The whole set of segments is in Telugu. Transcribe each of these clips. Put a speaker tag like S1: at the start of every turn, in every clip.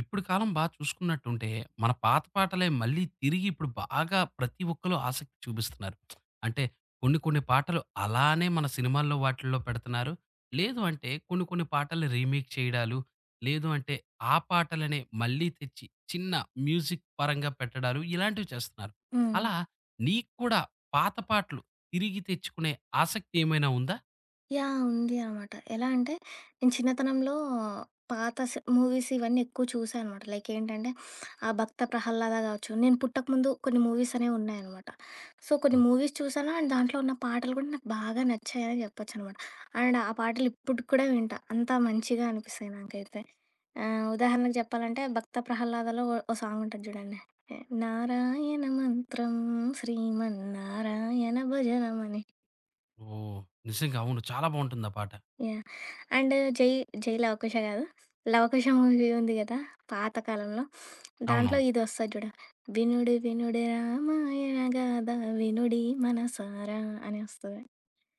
S1: ఇప్పుడు కాలం బా చూసుకున్నట్టుంటే, మన పాత పాటలే మళ్ళీ తిరిగి ఇప్పుడు బాగా ప్రతి ఒక్కళ్ళు ఆసక్తి చూపిస్తున్నారు. అంటే కొన్ని కొన్ని పాటలు అలానే మన సినిమాల్లో వాటిల్లో పెడుతున్నారు. లేదు అంటే కొన్ని కొన్ని పాటలు రీమేక్ చేయడాలు, లేదు అంటే ఆ పాటలనే మళ్ళీ తెచ్చి చిన్న మ్యూజిక్ పరంగా పెట్టడాలు ఇలాంటివి చేస్తున్నారు.
S2: హ్మ్.
S1: అలా నీకు కూడా పాత పాటలు తిరిగి తెచ్చుకునే ఆసక్తి ఏమైనా ఉందా?
S2: యాహ్! ఉంది అనమాట. ఎలా అంటే నేను చిన్నతనంలో పాత సి మూవీస్ ఇవన్నీ ఎక్కువ చూసా అనమాట. లైక్ ఏంటంటే ఆ 'భక్త ప్రహ్లాద' కావచ్చు. నేను పుట్టకముందు కొన్ని మూవీస్ అనేవి ఉన్నాయనమాట. సో, కొన్ని మూవీస్ చూసాను అండ్ దాంట్లో ఉన్న పాటలు కూడా నాకు బాగా నచ్చాయని చెప్పొచ్చనమాట. అండ్ ఆ పాటలు ఇప్పటికి కూడా వింటా. అంత మంచిగా అనిపిస్తాయి నాకైతే. ఆహ్, ఉదాహరణకు చెప్పాలంటే 'భక్త ప్రహ్లాద'లో ఓ సాంగ్ ఉంటది చూడండి. నారాయణ మంత్రం శ్రీమన్నారాయణ భజనమని
S1: ఓహ్! నిజంగా అవును. చాలా బావుంటుంది ఆ పాట.
S2: యాహ్! అండ్ 'జై జై లవకుశ' కాదు. 'లవకుశ' మూవీ ఉంది కదా! పాత కాలంలో. దాంట్లో
S1: అవునవును.
S2: ఇదొస్తది చూడు. వినుడు వినుడు రామాయణ గాథ వినుడి మనసారా అని వస్తది.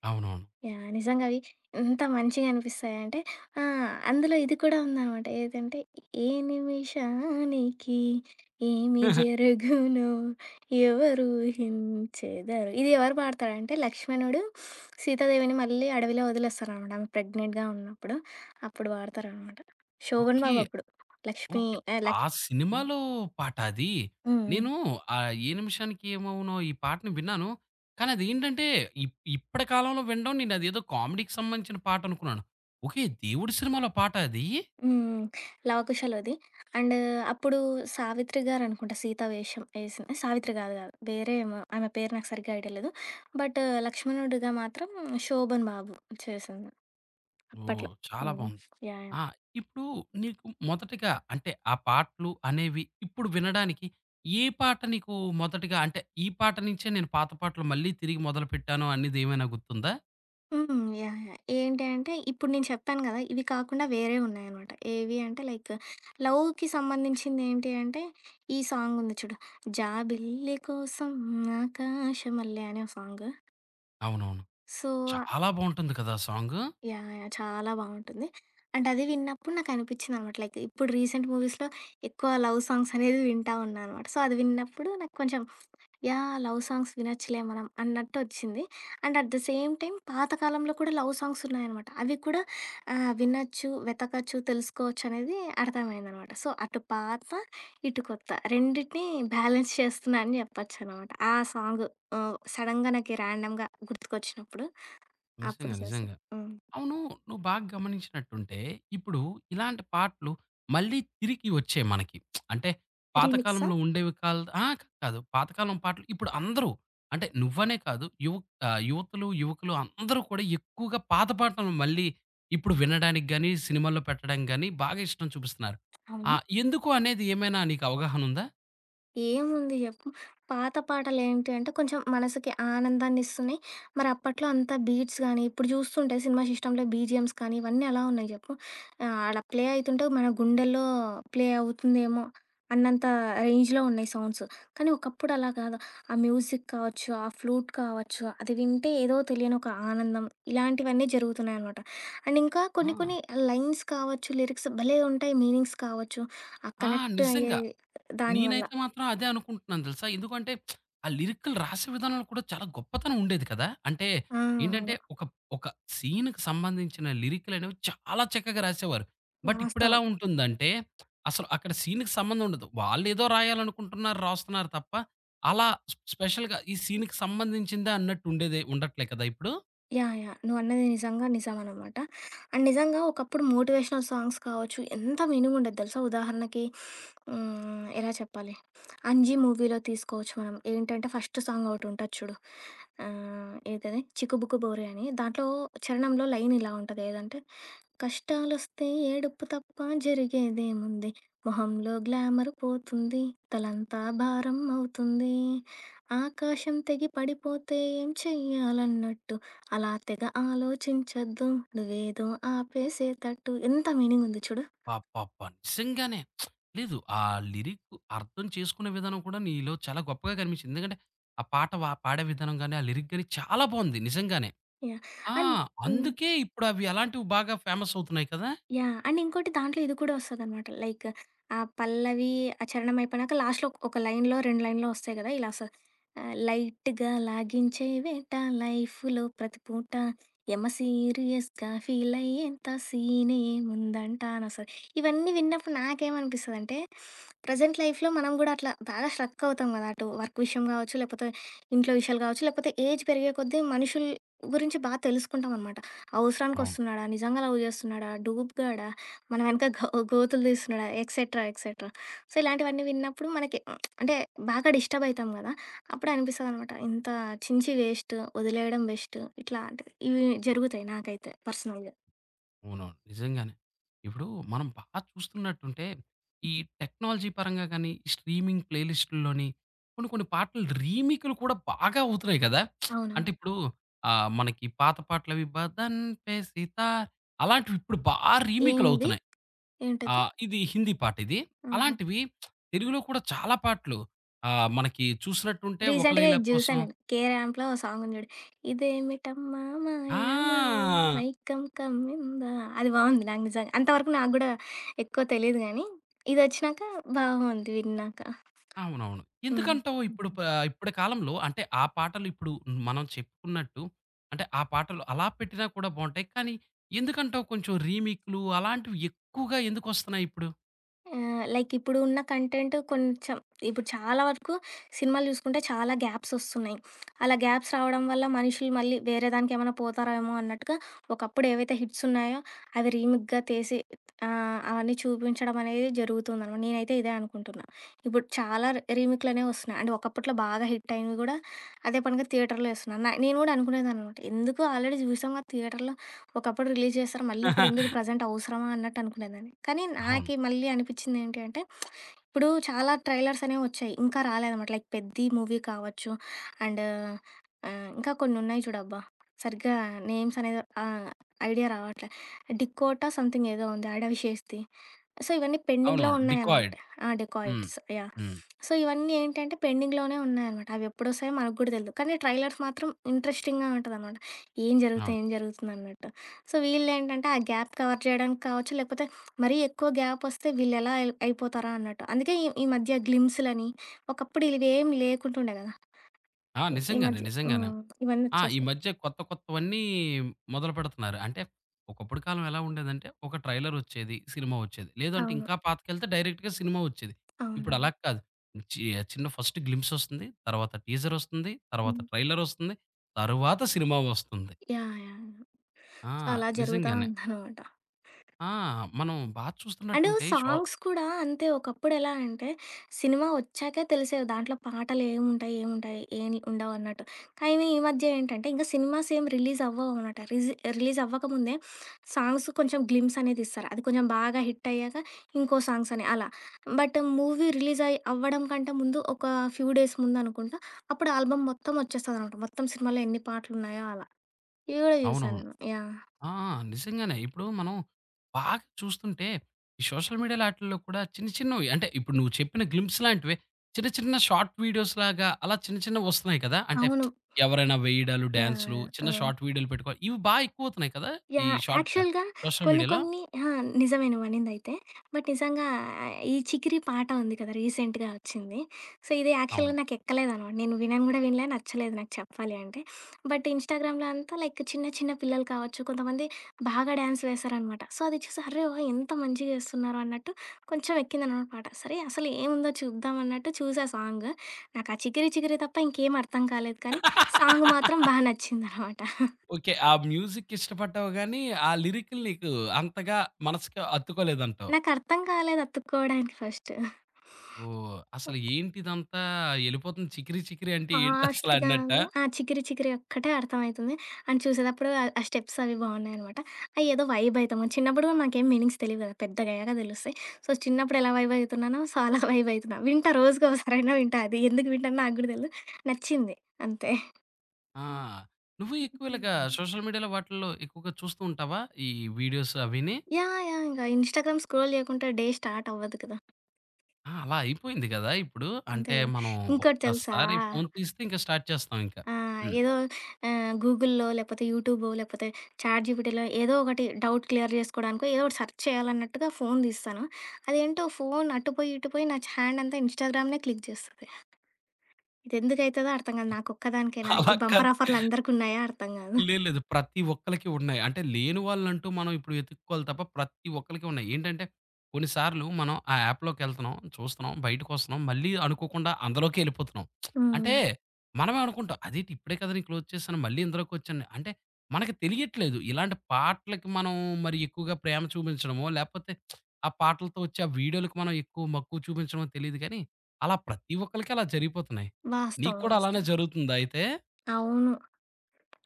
S1: అవునవును.
S2: యాహ్! నిజంగా అవి ఎంత మంచిగా అనిపిస్తాయంటే ఆ! అందులో ఇది కూడా ఉందనమాట. ఏదంటే ఏ నిమిషానికి ఏమి జరుగునో ఎవరూహించెదరు. ఇది ఎవరు పాడతారంటే లక్ష్మణుడు సీతాదేవిని మళ్ళీ అడవిలో వదిలేస్తారనమాట. ఆమె ప్రెగ్నెంట్‌గా ఉన్నప్పుడు. అప్పుడు పాడతారనమాట. శోభన్
S1: ఓకే.
S2: బాబు అప్పుడు. లక్ష్మి
S1: ఓకే.
S2: ఆహ్,
S1: ఆ
S2: లక్ హ్మ్.
S1: సినిమాలో పాటా అది?
S2: హ్మ్.
S1: నేను ఏ నిమిషానికి ఏమవునో ఈ పాటని విన్నాను. కానీ అదేంటంటే ఇప్పటి కాలంలో వినడం నేనదేదో కామెడీకి సంబంధించిన పాట అనుకున్నాను. ఓకే. దేవుడి సినిమాలో పాటా అది?
S2: హ్మ్. లవకుశలోది. అండ్ అప్పుడు 'సావిత్రి' గారనుకుంటా సీత వేషం ఏసింది. 'సావిత్రి' గాదు గాదు. వేరే ఏమో ఆమె పేరు నాకు సరిగ్గా ఐడియా లేదు. బట్ 'లక్ష్మణుడిగా' మాత్రం 'శోభన్ బాబు' చేసింది
S1: ఓహ్!
S2: అప్పట్లో.
S1: చాలా
S2: హ్మ్.
S1: బావుంది.
S2: యాహ్! యాహ్!
S1: ఆ! ఇప్పుడు నీకు మొదటగా అంటే ఆ పాటలు అనేవి ఇప్పుడు వినడానికి ఏ పాట నీకు మొదటగా అంటే ఈ పాట నుంచే నేను పాత పాటలు మళ్ళీ తిరిగి మొదలుపెట్టాను అనేది ఏమైనా గుర్తుందా?
S2: హ్మ్. యాహ్! యాహ్! ఏంటి అంటే ఇప్పుడు నేను చెప్పాను గదా! ఇవి కాకుండా వేరే ఉన్నాయనమాట. ఏవి అంటే లైక్ లవ్‌కి సంబంధించింది ఏంటి అంటే ఈ సాంగుంది చూడు. 'జాబిల్లి కోసం ఆకాశమల్లె' అనే సాంగు.
S1: అవునవును.
S2: సో
S1: చాలా బావుంటుంది కదా! ఆ సాంగు.
S2: యాహ్! యాహ్! చాలా బావుంటుంది. అండ్ అది విన్నప్పుడు నాకనిపిచ్చిందనమాట. లైక్ ఇప్పుడు రీసెంట్ మూవీస్‌లో ఎక్కువ లవ్ సాంగ్స్ అనేది వింటా ఉన్నా అనమాట. సో, అది విన్నప్పుడు నాకు కొంచెం యాహ్! లవ్ సాంగ్స్ వినొచ్చులే మనం అన్నట్టొచ్చింది. And at the same time పాత కాలంలో కూడా లవ్ సాంగ్స్ ఉన్నాయనమాట. అవి కూడా ఆహ్, వినొచ్చు, వెతకచ్చు, తెలుసుకోవచ్చనేది అర్థమైందనమాట. సో, అటు పాత, ఇటు కొత్త రెండిటిని బ్యాలెన్స్ చేస్తున్నా అని చెప్పొచ్చనమాట. ఆ సాంగు ఆహ్, సడెన్‌గా నాకి ర్యాండమ్‌గా గుర్తుకొచ్చినప్పుడు అప్పుడు
S1: నిజంగా.
S2: చేశా.
S1: నిజంగా.
S2: హ్మ్.
S1: అవును. నువ్వు బాగా గమనించినట్టుంటే, ఇప్పుడు ఇలాంటి పాటలు మళ్ళీ తిరిగి వచ్చాయి మనకి. అంటే
S2: రీమిక్సా?
S1: పాతకాలంలో ఉండేవి కాల్ ఆ! కాదు. పాతకాలం పాటలు ఇప్పుడు అందరూ అంటే నువ్వనే కాదు యువ యువతులు, యువకులు అందరూ కూడా ఎక్కువగా పాత పాటలను మళ్ళీ ఇప్పుడు వినడానికి గాని, సినిమాల్లో పెట్టడం గాని బాగా ఇష్టం చూపిస్తున్నారు.
S2: అవునా?
S1: ఎందుకు అనేది ఏమైనా నీకు అవగాహనుందా?
S2: ఏముంది జెప్పు. పాత పాటలేంటి అంటే, కొంచెం మనసుకి ఆనందాన్నిస్తున్నాయి. మరి అప్పట్లో అంత బీట్స్ గానీ, ఇప్పుడు చూస్తుంటే సినిమా సిస్టమ్‌లో బీజీఎమ్స్ కానీ, ఇవన్నీ ఎలా ఉన్నాయి జెప్పు. ఆహ్, ఆడ ప్లే అయితుంటే మన గుండెల్లో ప్లే అవుతుందేమో అన్నంత రేంజ్‌లో ఉన్నాయి సౌండ్స్. కానీ ఒకప్పుడు అలా కాదు. ఆ మ్యూజిక్ కావచ్చు, ఆ ఫ్లూట్ కావచ్చు, అది వింటే ఏదో తెలియని ఒక ఆనందం, ఇలాంటివన్నీ జరుగుతున్నాయనమాట. అండ్ ఇంకా కొన్ని
S1: ఆ!
S2: కొన్ని లైన్స్ కావచ్చు, లిరిక్స్ భలే ఉంటాయి మీనింగ్స్ కావచ్చు. ఆ
S1: ఆ!
S2: కనెక్ట్
S1: నిజంగా.
S2: అయ్యేది దానివల్ల.
S1: నేనైతే మాత్రం అదే అనుకుంటున్నాను తెలుసా! ఎందుకంటే ఆ లిరిక్‌లు రాసే విధానంలో కూడా చాలా గొప్పతనం ఉండేది కదా! అంటే
S2: ఆ!
S1: ఏంటంటే
S2: అవును.
S1: ఒక, ఒక సీన్‌కి సంబంధించిన లిరిక్‌లనేవి చాలా చక్కగా రాసేవారు. బట్ ఇప్పుడెలా
S2: వాస్తవం.
S1: ఉంటుందంటే అసలు అక్కడ సీన్‌కి సంబంధం ఉండదు. వాళ్ళేదో రాయాలనుకుంటున్నారు రాస్తున్నారు తప్ప, అలా స్పెషల్‌గా ఈ సీన్‌కి సంబంధించిందే అన్నట్టు ఉండేదే ఉండట్లే కదా ఇప్పుడు.
S2: యాహ్! యాహ్! నువ్వన్నది నిజంగా నిజమనమాట. అండ్ నిజంగా ఒకప్పుడు మోటివేషనల్ సాంగ్స్ కావచ్చు, ఎంత మీనింగ్ ఉండేది తెలుసా? ఉదాహరణకి హ్మ్, ఎలా చెప్పాలి? 'అంజీ' మూవీలో తీసుకోవచ్చు మనం. ఏంటంటే ఫస్ట్ సాంగ్ ఒకటుంటది చూడు. ఆహ్, ఏదది 'చిక్కుబుక్కు బోరే' అని. దాంట్లో చరణంలో లైన్ ఇలా ఉంటది ఏదంటే కష్టాలొస్తే ఏడుపు తప్ప జరిగేదేముంది? మొహంలో గ్లామర్ పోతుంది. తలంతా భారం అవుతుంది. ఆకాశం తెగి పడిపోతే ఏం చెయ్యాలన్నట్టు. అలా తెగ ఆలోచించొద్దు. నువ్వేదో ఆపేసేతట్టు. ఎంత మీనింగ్ ఉంది చూడు.
S1: అబ్బబ్బా! నిజంగానే. లేదు. ఆ లిరిక్ అర్థం చేసుకునే విధానం కూడా నీలో చాలా గొప్పగా కనిపించింది. ఎందుకంటే, ఆ పాట వ పాడే విధానం గాని, ఆ లిరిక్ గాని చాలా బావుంది నిజంగానే.
S2: యాహ్!
S1: ఆ!
S2: అండ్ హ్మ్.
S1: అందుకే ఇప్పుడు అవి అలాంటివి బాగా ఫేమస్ అవుతున్నాయి కదా!
S2: యాహ్! అండ్ ఇంకోటి దాంట్లో ఇది కూడా వస్తదనమాట. లైక్ ఆ పల్లవి ఆ చరణం అయిపోయినాక లాస్ట్‌లో ఒక లైన్‌లో, 2 లైన్‌లో వస్తాయి కదా! ఇలా వస్తది. ఆహ్, లైట్‌గా లాగించే వేట లైఫ్‌లో ప్రతి పూట యమ సీరియస్‌గా ఫీలయ్యేంత సీనేముందంట అనొస్తది. ఇవన్నీ విన్నప్పుడు నాకేమనిపిస్తదంటే, ప్రెజెంట్ లైఫ్‌లో మనం కూడా అట్లా బాగా స్ట్రక్ అవుతాం కదా! అటు వర్క్ విషయం కావచ్చు, లేకపోతే ఇంట్లో విషయాలు కావచ్చు, లేకపోతే ఏజ్ పెరిగే కొద్దీ మనుషుల గురించి బాగా తెలుసుకుంటామనమాట. అవసరానికొస్తున్నాడా? నిజంగా లవ్ జేస్తున్నాడా? డూప్‌గాడా? మన వెనక గోతులు తీస్తున్నాడా? Etcetera, etcetera. సో, ఇలాంటివన్నీ విన్నప్పుడు మనకి అంటే బాగా డిస్టర్బ్ అయితాం గదా! అప్పుడు అనిపిస్తదనమాట. ఇంత చించి వేస్ట్, వదిలేయడం బెస్ట్ ఇట్లాంటివి. ఇవి జరుగుతాయి నాకైతే పర్సనల్‌గా.
S1: అవునవును. నిజంగానే. ఇప్పుడు మనం బాగా చూస్తున్నట్టుంటే, ఈ టెక్నాలజీ పరంగా గాని, ఈ స్ట్రీమింగ్ ప్లే లిస్ట్‌ల్లోని కొన్ని కొన్ని పాటలు రీమేక్‌లు కూడా బాగా అవుతున్నాయి కదా!
S2: అవునవును.
S1: అంటే ఇప్పుడు మనకి పాత పాటలవి 'బదన్ పే సితార్' అలాంటివి ఇప్పుడు బా రీమేక్‌లు
S2: ఏమది?
S1: అవుతున్నాయి.
S2: ఏంటది?
S1: ఇది హిందీ పాట ఇది.
S2: ఆహా!
S1: అలాంటివి తెలుగులో కూడా చాలా పాటలు మనకి చూసినట్టుంటే 'ఒక
S2: రీసెంట్‌గా
S1: లైలా
S2: ఇది జూసా
S1: కోసం'
S2: నేను. 'కే ర్యాంప్‌లో' ఓ సాంగుంది జూడు. ఇదేమిటమ్మా మాయ మాయ
S1: ఆ!
S2: మైకం కమ్మిందా అది బావుంది నాకు నిజంగా. అంతవరకు నాకు గూడా ఎక్కువ తెలీదు గానీ, ఇదొచ్చినాక బావుంది విన్నాక.
S1: అవునవును.
S2: హ్మ్.
S1: ఎందుకంటావు ఇప్పుడు ప ఇప్పటి కాలంలో అంటే ఆ పాటలు ఇప్పుడు మనం చెప్పుకున్నట్టు అంటే ఆ పాటలు అలా పెట్టినా కూడా బావుంటాయి. కానీ ఎందుకంటావు కొంచెం రీమిక్‌లు అలాంటివి ఎక్కువగా ఎందుకొస్తున్నాయి ఇప్పుడు?
S2: ఆ! లైక్ ఇప్పుడు ఉన్న కంటెంట్ కొంచెం ఇప్పుడు చాలా వరకు సినిమాలు చూసుకుంటే చాలా గ్యాప్స్ వస్తున్నాయి. అలా గ్యాప్స్ రావడం వల్ల మనుషులు మళ్ళీ వేరే దానికేమైనా పోతారేమో అన్నట్టుగా ఒకప్పుడు ఏవైతే హిట్స్ ఉన్నాయో అవి రీమిక్‌గా తీసి ఆహ్, అవన్నీ చూపించడం అనేది జరుగుతుందనమాట. నేనైతే ఇదే అనుకుంటున్నా. ఇప్పుడు చాలా రీమిక్‌లనేవి వస్తున్నాయి. అంటే ఒకప్పట్లో బాగా హిట్ అయినవి కూడా అదే పనిగా థియేటర్‌లో ఏస్తున్నారు. నేను కూడా అనుకునేదాన్ననమాట. ఎందుకు ఆల్రెడీ చూసాం కదా! థియేటర్‌లో ఒకప్పుడు రిలీజ్ చేశారు. మళ్ళీ ఇప్పుడెందుకు ప్రెజెంట్ అవసరమా అన్నట్టు అనుకునేదాన్ని. కానీ
S1: అవును.
S2: నాకి మళ్ళీ అనిపిచ్చిందేంటి అంటే, ఇప్పుడు చాలా ట్రైలర్స్ అనేవి వచ్చాయి. ఇంకా రాలేదనమాట. లైక్ 'పెద్ది' మూవీ కావచ్చు. అండ్ ఆహ్, ఇంకా కొన్నున్నాయి చూడబ్బా! సరిగ్గా నేమ్స్ అనేది ఆహ్, ఐడియా రావట్లే. 'డికోటా' సంథింగ్ ఏదో ఉంది 'అడవి శేష్ది'. సో, ఇవన్నీ పెండింగ్‌లో
S1: అవునవును.
S2: ఉన్నాయనమాట.
S1: 'డికాయిడ్'
S2: ఆ!
S1: హ్మ్.
S2: 'Dacoits' yeah!
S1: హ్మ్.
S2: సో, ఇవన్నీ ఏంటంటే పెండింగ్‌లోనే ఉన్నాయనమాట. అవెప్పుడొస్తాయో మనకు గూడా తెలీదు. కానీ ట్రైలర్స్ మాత్రం ఇంట్రెస్టింగ్‌గా ఉంటదనమాట. ఏం జరుగుతుంది?
S1: అవును.
S2: ఏం జరుగుతుందన్నట్టు. సో వీళ్ళేంటంటే ఆ గ్యాప్ కవర్ చేయడానికి కావచ్చు, లేకపోతే మరీ ఎక్కువ గ్యాపొస్తే వీళ్ళెలా అయిపోతారా అన్నట్టు. అందుకే ఈ ఈ మధ్య గ్లిమ్స్‌లని ఒకప్పుడు ఇవేం లేకుంటుండే గదా!
S1: ఆ!
S2: ఈ
S1: నిజంగానే.
S2: మధ్య
S1: నిజంగానే.
S2: హ్మ్. ఇవన్నీ
S1: ఆ! ఈ
S2: వచ్చేసాయి.
S1: మధ్య కొత్త కొత్తవన్నీ మొదలు పెడుతున్నారు. అంటే ఒకప్పుడు కాలం ఎలా ఉండేదంటే ఒక ట్రైలర్ వచ్చేది, సినిమా వచ్చేది. లేదంటే
S2: అవును.
S1: ఇంకా పాతకెళ్తే డైరెక్ట్‌గా సినిమా వచ్చేది. ఇప్పుడు
S2: అవునవును.
S1: అలా కాదు. చి చిన్న ఫస్ట్ గ్లింప్స్ వస్తుంది. తర్వాత టీజర్ వస్తుంది. తర్వాత
S2: హ్మ్.
S1: ట్రైలర్ వస్తుంది. తరువాత సినిమా వస్తుంది.
S2: యాహ్! యాహ్!
S1: ఆ!
S2: సో, అలా జరుగుతా
S1: నిజంగానే.
S2: ఉందనమాట.
S1: ఆ! మనం బాగా
S2: అండ్
S1: చూస్తున్నట్టుంటే షో
S2: సాంగ్స్ కూడా అంతే. ఒకప్పుడు ఎలా అంటే, సినిమా వచ్చాకే తెలిసేవి దాంట్లో పాటలు ఏముంటాయి, ఏముంటాయి, ఏం ఉండవన్నట్టు. కానీ ఈ మధ్య ఏంటంటే, ఇంక సినిమాస్ ఏం రిలీజ్ అవ్వవనమాట. రిలీజ్ అవ్వకముందే సాంగ్స్ కొంచెం గ్లిమ్స్ అనేది ఇస్తారు. అది కొంచెం బాగా హిట్ అయ్యాక ఇంకో సాంగ్స్ అని అలా. బట్ మూవీ రిలీజ్ అవ్వడం కంటే ముందు ఒక ఫ్యూ డేస్ ముందనుకుంటా, అప్పుడు ఆల్బమ్ మొత్తం వచ్చేస్తదనమాట. మొత్తం సినిమాలో ఎన్ని పాటలున్నాయో అలా. ఇవి కూడా
S1: అవును.
S2: చూశాను నేను. యాహ్!
S1: ఆ! నిజంగానే. ఇప్పుడు మనం బాగా చూస్తుంటే ఈ సోషల్ మీడియాలో ఆటిల్లో కూడా చిన్న చిన్నవి అంటే ఇప్పుడు నువ్వు చెప్పిన గ్లింప్స్ లాంటివే చిన్న చిన్న షార్ట్ వీడియోస్ లాగా అలా చిన్న చిన్నవి వస్తున్నాయి కదా! అంటే
S2: అవును.
S1: ఎవరైనా వేయడాలు,
S2: యాహ్!
S1: డాన్స్‌లు
S2: యాహ్!
S1: చిన్న
S2: ఆ!
S1: షార్ట్ వీడియోలు పెట్టుకోవాలి. ఇవి బా ఎక్కువవుతున్నాయి కదా! ఈ
S2: యాహ్!
S1: షార్ట్
S2: యాక్చువల్‌గా
S1: సోషల్
S2: కొన్ని
S1: మీడియాలో.
S2: కొన్ని ఆ! నిజమే నువ్వనిందైతే. బట్ నిజంగా ఈ 'చికిరి' పాట ఉంది కదా! రీసెంట్‌గా వచ్చింది. సో, ఇది యాక్చువల్‌గా
S1: అవును.
S2: నాకెక్కలేదనమాట. నేను వినను గూడా వినలే, నచ్చలేదు నాకు చెప్పాలి అంటే. బట్ ఇన్‌స్టాగ్రామ్‌లో అంతా లైక్ చిన్న చిన్న పిల్లలు కావచ్చు, కొంతమంది బాగా డాన్స్ వేశారనమాట. సో, అది చూసి అర్రే! ఓహ్! ఎంత మంచిగా చేస్తున్నారు అన్నట్టు కొంచెం ఎక్కిందనమాట పాట. సరే అసలు ఏముందో చూద్దాం అన్నట్టు చూసా సాంగ్. నాకు ఆ 'చికిరి చికిరి' తప్ప ఇంకేం అర్థం కాలేదు కానీ, సాంగ్ మాత్రం బా నచ్చిందనమాట.
S1: ఓకే. ఆ మ్యూజిక్ ఇష్టపడ్డావు గానీ, ఆ లిరికులు నీకు అంతగా మనసుకి అత్తుకోలేదంటావు.
S2: నాకర్థం కాలేదు అతుక్కోవడానికి ఫస్ట్.
S1: ఓహ్! అసలు ఏంటిదంతా ఎళ్ళిపోతుంది చికిరి చికిరి అంటే ఏంటసల
S2: ఫాస్ట్‌గా
S1: అన్నట్టా?
S2: ఆ! 'చికిరి చికిరి' ఒక్కటే అర్థమయితుంది. అండ్ చూసేటప్పుడు ఆ ఆ స్టెప్స్ అవి బావున్నాయనమాట. అయి ఏదో వైబ్ అయితాము. చిన్నప్పుడు కూడా నాకేం మీనింగ్స్ తెలీవు కదా! పెద్దగయ్యాక తెలుస్తాయి. సో, చిన్నప్పుడు ఎలా వైబ్ అయితున్నానో, సో, అలా వైబ్ అయితున్నా. వింటా రోజుకోకసారైనా వింటా అది. ఎందుకు వింటానో నాకు కూడా తెలీదు. నచ్చింది అంతే.
S1: ఆ! నువ్వు ఎక్కువ ఇలాగా సోషల్ మీడియాలో వాటిల్లో ఎక్కువగా చూస్తూ ఉంటావా? ఈ వీడియోస్ అవిని?
S2: యాహ్! యాహ్! ఇంక ఇన్‌స్టాగ్రామ్ స్క్రోల్ చేయకుంటే డే స్టార్ట్ అవ్వదు కదా!
S1: ఆ! అలా అయిపోయింది గదా! ఇప్పుడు.
S2: అంతే
S1: అంటే
S2: కదా!
S1: మనం
S2: ఇంకోటి తెలుసా?
S1: ఒక్కసారి ఫోను తీస్తే ఇంక స్టార్ట్ చేస్తాం ఇంక.
S2: ఆ!
S1: హ్మ్.
S2: ఏదో ఆహ్, గూగుల్‌లో లేకపోతే యూట్యూబో లేకపోతే చాట్ జీపీటీలో ఏదో ఒకటి డౌట్ క్లియర్ జేసుకోవడానికో ఏదో ఒకటి సెర్చ్ చేయాలన్నట్టుగా ఫోన్ తీస్తాను. అదేంటో ఫోన్ అటుపోయి ఇటుపోయి నా హ్యాండ్ అంతా ఇన్‌స్టాగ్రామ్‌నే క్లిక్ చేస్తది. ఇది ఎందుకైతదో అర్థం కాదు. నాకొక్కదానికేనా?
S1: అలా
S2: ఈ
S1: కాదు
S2: బంపర్ ఆఫర్‌లు అందరికున్నాయా? అర్థం కాదు.
S1: లేదు, లేదు. ప్రతి ఒక్కళ్ళకి ఉన్నాయి. అంటే లేని వాళ్ళంటూ మనం ఇప్పుడు వెతుక్కోవాలి తప్ప ప్రతి ఒక్కళ్ళకి ఉన్నాయి. ఏంటంటే కొన్ని సార్లు మనం ఆ యాప్‌లోకెళ్తున్నాం, చూస్తున్నాం, బయటకొస్తున్నాం, మళ్ళీ అనుకోకుండా అందులోకే ఎళ్ళిపోతున్నాం. అంటే
S2: హ్మ్.
S1: మనమే అనుకుంటాం, అదేంటి ఇప్పుడే కదా నేను క్లోజ్ చేశాను, మళ్ళీ ఇందులోకొచ్చాను. అంటే మనకి తెలియట్లేదు. ఇలాంటి పాటలకి మనం మరి ఎక్కువగా ప్రేమ చూపించడమో, లేపోతే ఆ పాటలతో వచ్చే ఆ వీడియోలకి మనం ఎక్కువ మక్కువ చూపించడమో తెలీదు కానీ, అలా ప్రతి ఒక్కళ్ళకి అలా జరిగిపోతున్నాయి. నీకు
S2: వాస్తవం.
S1: కూడా అలానే
S2: వాస్తవం.
S1: జరుగుతుందా అయితే?
S2: అవును.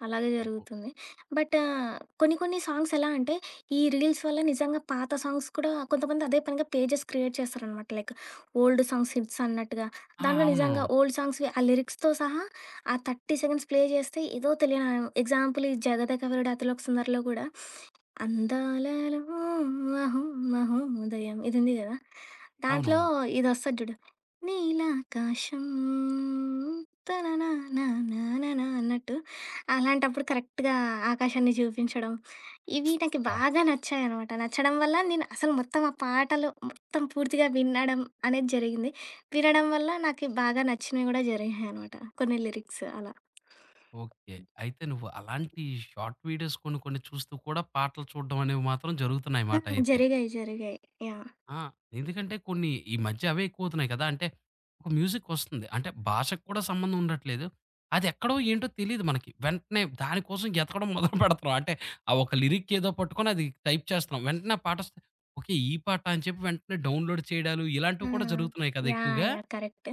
S2: అలాగే
S1: ఓహో!
S2: జరుగుతుంది. బట్ ఆహ్, కొన్ని కొన్ని సాంగ్స్ ఎలా అంటే, ఈ రీల్స్ వల్ల నిజంగా పాత సాంగ్స్ కూడా కొంతమంది అదే పనిగా పేజెస్ క్రియేట్ చేస్తారనమాట. లైక్ ఓల్డ్ సాంగ్స్ హిట్స్ అన్నట్టుగా.
S1: ఆ!
S2: దాంట్లో
S1: అవును.
S2: నిజంగా ఓల్డ్ సాంగ్స్‌వి ఆ లిరిక్స్‌తో సహా ఆ 30 సెకండ్స్ ప్లే చేస్తే ఏదో తెలియని ఎగ్జాంపుల్ ఈ 'జగదక వీరుడు అతిలోక సుందరి'లో కూడా అందాలలో మహో మహోదయం ఇది ఉంది కదా! దాంట్లో
S1: అవునవును.
S2: ఇదొస్తది చూడు. నీలాకాశం తననానానానానా అన్నట్టు అలాంటప్పుడు కరెక్ట్‌గా ఆకాశాన్ని చూపించడం, ఇవి నాకు
S1: ఆ!
S2: బాగా నచ్చాయనమాట. నచ్చడం వల్ల నేను అసలు మొత్తం ఆ పాటలు మొత్తం పూర్తిగా వినడం అనేది జరిగింది. వినడం వల్ల నాకి బాగా నచ్చినవి గూడా జరిగాయనమాట. కొన్ని లిరిక్స్ అలా.
S1: ఓకే. అయితే నువ్వు అలాంటి షార్ట్ వీడియోస్ కొన్ని కొన్ని చూస్తూ కూడా పాటలు చూడడం అనేవి మాత్రం జరుగుతున్నాయి
S2: ఆ!
S1: మాట అయితే.
S2: జరిగాయి. జరిగాయి. యాహ్!
S1: ఆ! ఎందుకంటే కొన్ని ఈ మధ్య అవే ఎక్కువవుతున్నాయి కదా! అంటే ఒక మ్యూజిక్ వస్తుంది. అంటే భాషకు కూడా సంబంధం ఉండట్లేదు. అది ఎక్కడో ఏంటో తెలీదు మనకి. వెంటనే దాని కోసం ఎతకడం మొదలు పెడతున్నాం. అంటే ఆ ఒక లిరిక్ ఏదో పట్టుకొని అది టైప్ చేస్తున్నాం. వెంటనే ఆ పాటొస్తే ఓకే. ఈ పాట అని చెప్పి వెంటనే డౌన్‌లోడ్ చేయడాలు
S2: ఆ!
S1: ఇలాంటివి కూడా జరుగుతున్నాయి కదా
S2: యాహ్!
S1: ఎక్కువగా.
S2: యాహ్! కరెక్ట్.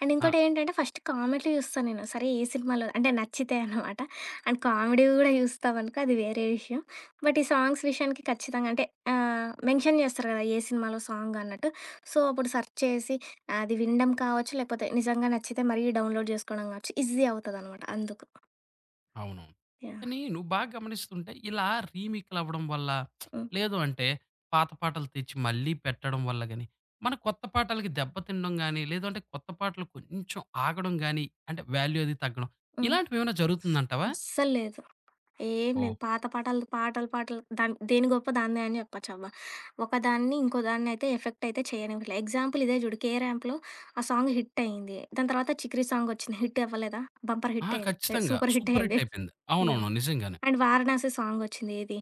S2: అండ్
S1: ఆ!
S2: ఇంకోటేంటంటే ఫస్ట్ కామెడీ చూస్తా నేను. సరే ఏ సినిమాలో అంటే నచ్చితే అనమాట. అండ్ కామెడీ గూడా చూస్తామనుకో అది వేరే విషయం. బట్ ఈ సాంగ్స్ విషయానికి ఖచ్చితంగా అంటే ఆహ్, మెన్షన్ చేస్తారు కదా! ఏ సినిమాలో సాంగ్ అన్నట్టు. సో, అప్పుడు సెర్చ్ చేసి అది వినడం కావచ్చు, లేకపోతే నిజంగా నచ్చితే మరీ డౌన్‌లోడ్ చేసుకోవడం కావచ్చు. ఈజీ అవుతదనమాట అందుకు.
S1: అవును.
S2: యాహ్!
S1: కానీ నువ్వు బాగా గమనిస్తుంటే ఇలా రీమేక్‌లవ్వడం వల్ల,
S2: హ్మ్.
S1: లేదు అంటే పాత పాటలు తెచ్చి మళ్ళీ పెట్టడం వల్ల గాని, మన కొత్త పాటలకి దెబ్బ తినడం గాని, లేదంటే కొత్త పాటలు కొంచెం ఆగడం గాని, అంటే వాల్యూ అది తగ్గడం.
S2: హ్మ్.
S1: ఇలాంటివేమైనా జరుగుతుందంటావా?
S2: అస్సల్లేదు. ఏం
S1: ఓహ్!
S2: లేదు. పాత పాటలు, పాటలు, పాటలు దాన్ దేని గొప్ప దాందే అని చెప్పొచ్చబ్బా! ఒకదాన్ని ఇంకో దాన్నయితే ఎఫెక్ట్ అయితే చేయనివ్వట్లే. ఎగ్జాంపుల్ ఇదే చూడు 'కే ర్యాంప్‌లో' ఆ సాంగ్ హిట్ అయింది. దాని తర్వాత 'చికిరి' సాంగ్ వచ్చింది. హిట్ అవ్వలేదా? బంపర్
S1: ఆ!
S2: హిట్ అయింది. అదే
S1: ఖచ్చితంగా.
S2: సూపర్ హిట్
S1: సూపర్ హిట్
S2: అయింది.
S1: అయిపోయింది.
S2: యాహ్!
S1: అవునవును. నిజంగానే.
S2: అండ్ 'వారణాసి' సాంగ్ వచ్చింది. ఏది?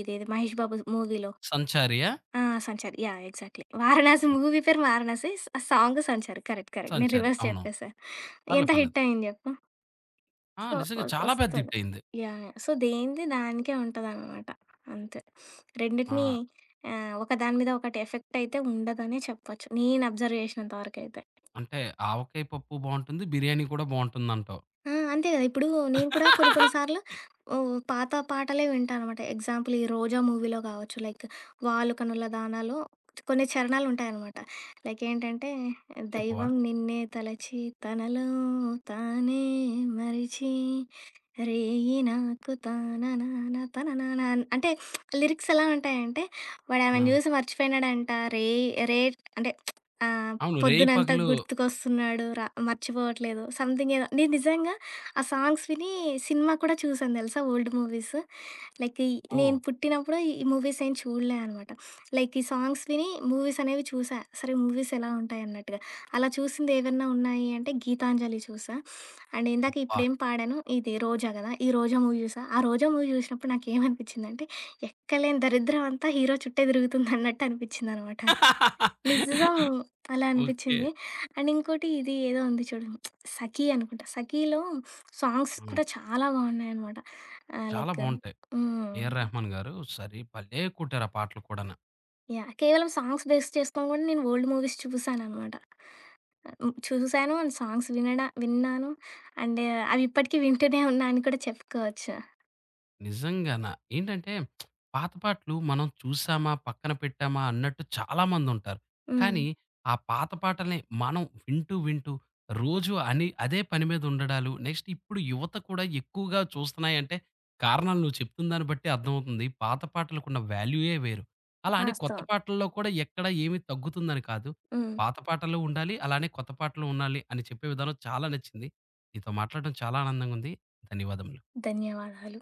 S2: ఇదేది 'మహేష్ బాబు' మూవీలో.
S1: 'సంచారియా'?
S2: ఆ! 'Sanchari' yeah! Exactly. 'Varanasi' movie పేరు 'Varanasi' song 'Sanchari' correct. Correct. నేను
S1: 'సంచారి'
S2: రివర్స్
S1: అవునవును.
S2: చెప్పేసా.
S1: పర్లే
S2: ఎంత
S1: పర్లేదు.
S2: హిట్ అయింది చెప్పు?
S1: ఆ!
S2: సో,
S1: నిజంగా చాలా పెద్ద
S2: వస్తది.
S1: హిట్ అయింది.
S2: యాహ్! యాహ్! సో, దేనిది దానికే ఉంటదనమాట. అంతే. రెండిటిని
S1: ఆ!
S2: ఆహ్, ఒక దాని మీద ఒకటి ఎఫెక్ట్ అయితే ఉండదనే చెప్పొచ్చు. నేను అబ్జర్వ్ చేసినంత వరకైతే.
S1: అంటే ఆవకాయ పప్పు బావుంటుంది. బిర్యానీ కూడా బావుంటుందంటావు.
S2: ఆ! అంతే కదా! ఇప్పుడు నేను కూడా కొన్ని కొన్ని సార్లు ఓహ్, పాత పాటలే వింటా అనమాట. ఎగ్జాంపుల్ ఈ 'రోజా' మూవీలో కావచ్చు, లైక్ 'వాలు కనుల దానా'లో కొన్ని చరణాలుంటాయనమాట. లైక్ ఏంటంటే,
S1: చెప్పవా?
S2: దైవం నిన్నే తలచి తనలో తానే మరిచి రేయి నాకు తాననాన తననాన అన్ అంటే లిరిక్స్ ఎలా ఉంటాయంటే,
S1: ఆ!
S2: వాడామెను జూసి మర్చిపోయినాడంట రే రే అంటే ఆహ్,
S1: అవును. 'రేయి
S2: పొద్దునంతా
S1: పగులు'
S2: గుర్తుకొస్తున్నాడు మర్చిపోవట్లేదు. సంథింగ్ ఏదో నేను నిజంగా ఆ సాంగ్స్ విని సినిమా కూడా చూసాను తెలుసా ఓల్డ్ మూవీస్. లైక్ ఈ నేను
S1: ఓహ్!
S2: పుట్టినప్పుడు ఈ మూవీస్ ఏం చూడలే అనమాట. లైక్ ఈ సాంగ్స్ విని మూవీస్ అనేవి చూసా. సరే మూవీస్ ఎలా ఉంటాయన్నట్టుగా. అలా చూసిందేవన్నా ఉన్నాయి అంటే గీతాంజలి చూసా. అండ్ ఇందాక
S1: అబ్బా!
S2: ఇప్పుడేం పాడాను, ఇది 'రోజా' గదా! ఈ 'రోజా' మూవీ చూసా. ఆ 'రోజా' మూవీ చూసినప్పుడు నాకేమనిపించిందంటే, ఎక్కలేని దరిద్రం అంతా హీరో చుట్టే తిరుగుతుందన్నట్టు అనిపించిందనమాట. నిజం అలా
S1: ఓకే.
S2: అనిపించింది. అండ్ ఇంకోటి ఇది ఏదో ఉంది చూడు 'సఖి' అనుకుంటా. 'సఖిలో' సాంగ్స్
S1: హ్మ్.
S2: కూడా చాలా బాగున్నాయనమాట. ఆహ్,
S1: చాలా
S2: లైక్
S1: బావుంటాయి.
S2: హ్మ్.
S1: 'ఏఆర్ రెహమాన్' గారు సరి భలే కొట్టారు ఆ పాటలు కూడాను.
S2: యాహ్! కేవలం సాంగ్స్ బేస్ చేసుకొని కూడా నేను ఓల్డ్ మూవీస్ చూసాననమాట. హ్మ్. చూసాను అండ్ సాంగ్స్ విన్నాను. అండ్ అవి ఇప్పటికి వింటూనే ఉన్నా అని కూడా చెప్పుకోవచ్చు.
S1: నిజంగాన. ఏంటంటే పాత పాటలు మనం చూసామా, పక్కన పెట్టామా అన్నట్టు చాలామందుంటారు.
S2: హ్మ్.
S1: కానీ ఆ పాత పాటల్ని మనం వింటూ, వింటూ రోజు అని అదే పని మీద ఉండడాలు, నెక్స్ట్ ఇప్పుడు యువత కూడా ఎక్కువగా చూస్తున్నాయంటే కారణాలు నువ్వు చెప్తున్న దాన్ని బట్టి అర్థమవుతుంది. పాత పాటలకున్న వాల్యూయే వేరు. అలా అని కొత్త
S2: వాస్తవం.
S1: పాటల్లో కూడా ఎక్కడ ఏమి తగ్గుతుందని కాదు.
S2: హ్మ్.
S1: పాత పాటలు ఉండాలి, అలానే కొత్త పాటలు ఉండాలి అని చెప్పే విధానం చాలా నచ్చింది. నీతో మాట్లాడడం చాలా ఆనందంగా ఉంది. ధన్యవాదములు.
S2: ధన్యవాదాలు.